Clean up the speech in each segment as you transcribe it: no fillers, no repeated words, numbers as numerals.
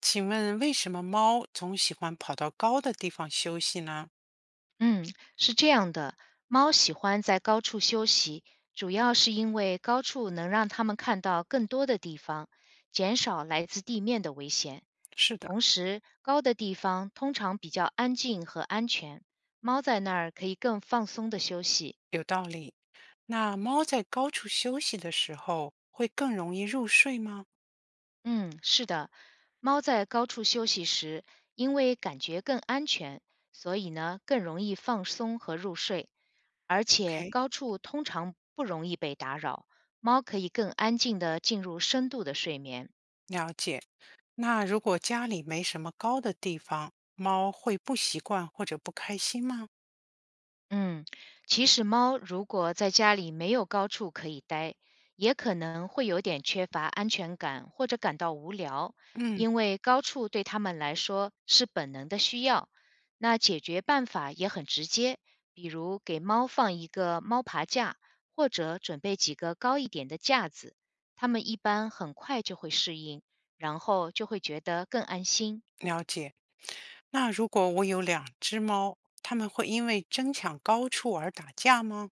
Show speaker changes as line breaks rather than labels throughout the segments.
请问为什么猫总喜欢跑到高的地方休息呢？
嗯，是这样的，猫喜欢在高处休息，主要是因为高处能让它们看到更多的地方，减少来自地面的危险。
是的，
同时，高的地方通常比较安静和安全，猫在那儿可以更放松的休息。
有道理。那猫在高处休息的时候会更容易入睡吗
嗯，是的，猫在高处休息时，因为感觉更安全，所以呢更容易放松和入睡。而且
？OK，
高处通常不容易被打扰，猫可以更安静地进入深度的睡眠。
了解。那如果家里没什么高的地方，猫会不习惯或者不开心吗？
嗯，其实猫如果在家里没有高处可以待，也可能会有点缺乏安全感或者感到无聊，
嗯，
因为高处对它们来说是本能的需要。那解决办法也很直接，比如给猫放一个猫爬架，或者准备几个高一点的架子，它们一般很快就会适应，然后就会觉得更安心。
了解。那如果我有两只猫，它们会因为争抢高处而打架吗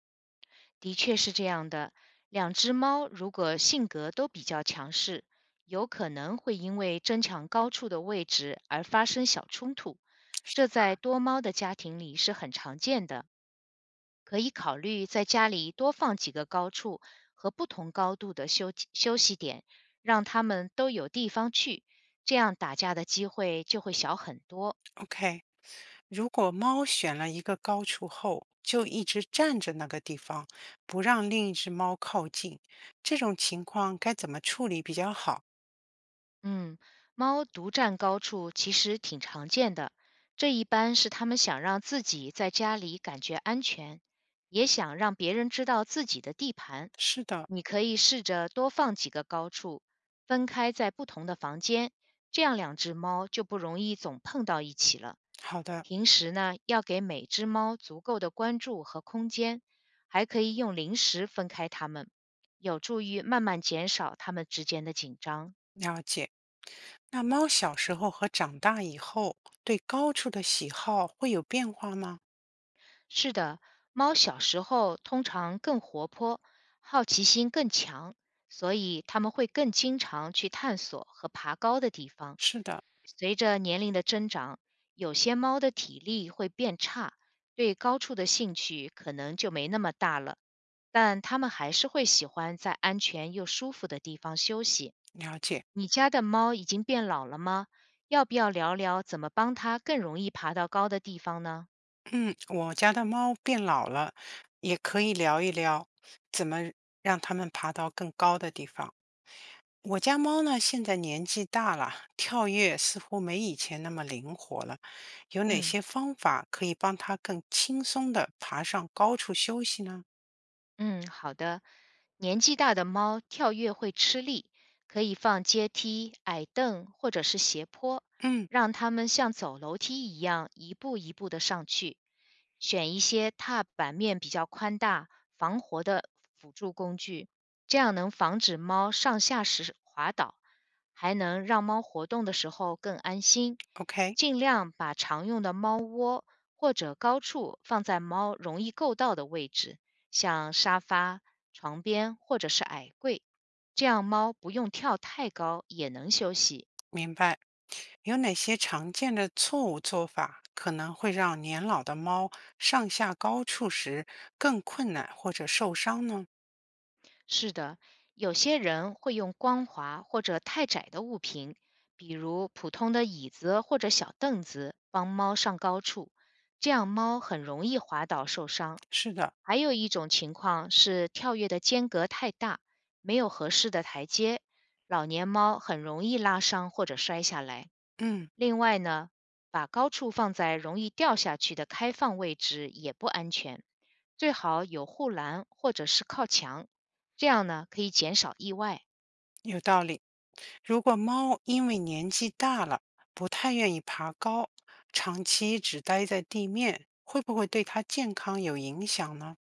的确是这样的，两只猫如果性格都比较强势，有可能会因为争抢高处的位置而发生小冲突，这在多猫的家庭里是很常见的。可以考虑在家里多放几个高处和不同高度的休息点，让它们都有地方去，这样打架的机会就会小很多。
？OK，如果猫选了一个高处后，就一直站着那个地方，不让另一只猫靠近，这种情况该怎么处理比较好？
嗯，猫独占高处其实挺常见的，这一般是它们想让自己在家里感觉安全，也想让别人知道自己的地盘。
是的，
你可以试着多放几个高处，分开在不同的房间，这样两只猫就不容易总碰到一起了。
好的，
平时呢，要给每只猫足够的关注和空间，还可以用零食分开它们，有助于慢慢减少它们之间的紧张。
了解。那猫小时候和长大以后对高处的喜好会有变化吗？
是的，猫小时候通常更活泼，好奇心更强，所以它们会更经常去探索和爬高的地方。
是的，
随着年龄的增长，有些猫的体力会变差，对高处的兴趣可能就没那么大了，但它们还是会喜欢在安全又舒服的地方休息。
了解。
你家的猫已经变老了吗？要不要聊聊怎么帮它更容易爬到高的地方呢？
嗯，我家的猫变老了，也可以聊一聊怎么让它们爬到更高的地方。我家猫呢，现在年纪大了，跳跃似乎没以前那么灵活了。有哪
嗯。
些方法可以帮它更轻松地爬上高处休息呢？
嗯，好的。年纪大的猫跳跃会吃力，可以放阶梯、矮凳或者是斜坡，
嗯
让它们像走楼梯一样一步一步的上去。选一些踏板面比较宽大、防滑的辅助工具，这样能防止猫上下时滑倒，还能让猫活动的时候更安心。
，OK，
尽量把常用的猫窝或者高处放在猫容易够到的位置。像沙发、床边或者是矮柜，这样猫不用跳太高也能休息。
明白。有哪些常见的错误做法可能会让年老的猫上下高处时更困难或者受伤呢？
是的，有些人会用光滑或者太窄的物品，比如普通的椅子或者小凳子，帮猫上高处，这样猫很容易滑倒受伤。
是的，
还有一种情况是跳跃的间隔太大，没有合适的台阶，老年猫很容易拉伤或者摔下来。
嗯。
另外呢，把高处放在容易掉下去的开放位置也不安全，最好有护栏或者是靠墙。这样呢可以减少意外。
有道理。如果猫因为年纪大了，不太愿意爬高，长期只待在地面，会不会对它健康有影响呢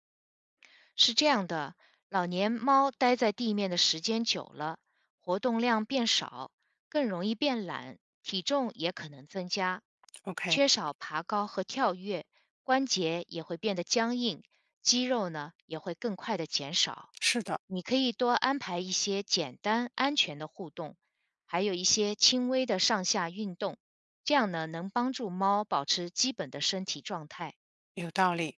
是这样的，老年猫待在地面的时间久了，活动量变少，更容易变懒，体重也可能增加。
？OK，
缺少爬高和跳跃，关节也会变得僵硬，肌肉呢也会更快的减少。
是的，
你可以多安排一些简单安全的互动，还有一些轻微的上下运动，这样呢能帮助猫保持基本的身体状态。
有道理。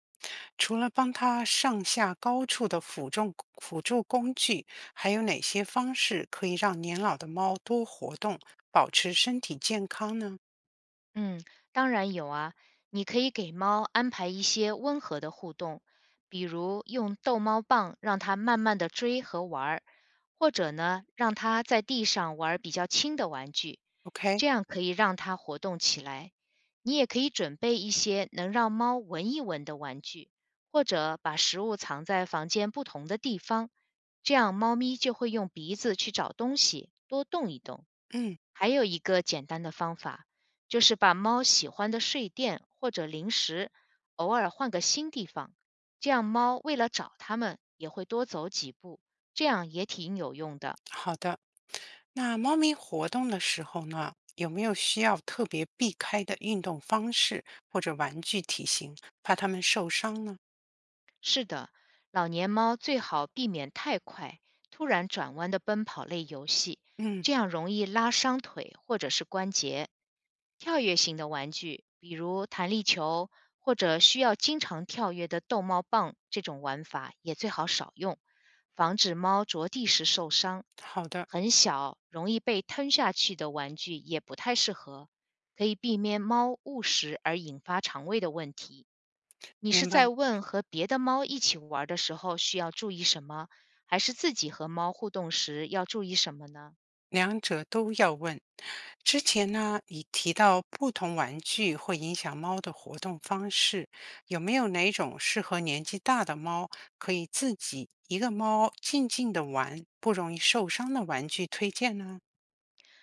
除了帮它上下高处的辅助工具，还有哪些方式可以让年老的猫多活动，保持身体健康呢
嗯，当然有啊，你可以给猫安排一些温和的互动，比如用逗猫棒让它慢慢的追和玩儿，或者呢，让它在地上玩儿比较轻的玩具，
？OK，
这样可以让它活动起来。你也可以准备一些能让猫闻一闻的玩具，或者把食物藏在房间不同的地方，这样猫咪就会用鼻子去找东西，多动一动。
嗯。
还有一个简单的方法。就是把猫喜欢的睡垫或者零食偶尔换个新地方，这样猫为了找它们也会多走几步，这样也挺有用的。
好的，那猫咪活动的时候呢，有没有需要特别避开的运动方式或者玩具体型，怕它们受伤呢？
是的，老年猫最好避免太快、突然转弯的奔跑类游戏，
嗯，
这样容易拉伤腿或者是关节。跳跃型的玩具，比如弹力球或者需要经常跳跃的逗猫棒，这种玩法也最好少用，防止猫着地时受伤。
好的，
很小、容易被吞下去的玩具也不太适合，可以避免猫误食而引发肠胃的问题。你是
明白，
在问和别的猫一起玩儿的时候需要注意什么，还是自己和猫互动时要注意什么呢？
两者都要问。之前呢，你提到不同玩具会影响猫的活动方式，有没有哪种适合年纪大的猫可以自己一个猫静静的玩，不容易受伤的玩具推荐呢？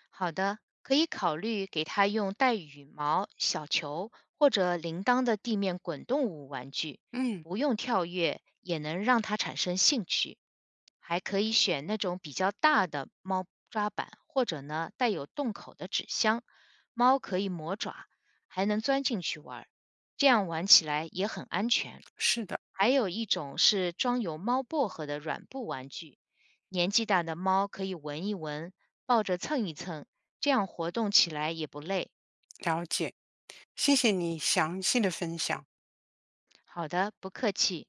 好的，可以考虑给它用带羽毛、小球或者铃铛的地面滚动物玩具，
嗯，
不用跳跃也能让它产生兴趣。还可以选那种比较大的猫抓板，或者呢带有洞口的纸箱，猫可以磨爪，还能钻进去玩儿，这样玩起来也很安全。
是的，
还有一种是装有猫薄荷的软布玩具，年纪大的猫可以闻一闻，抱着蹭一蹭，这样活动起来也不累。
了解。谢谢你详细的分享。
好的，不客气。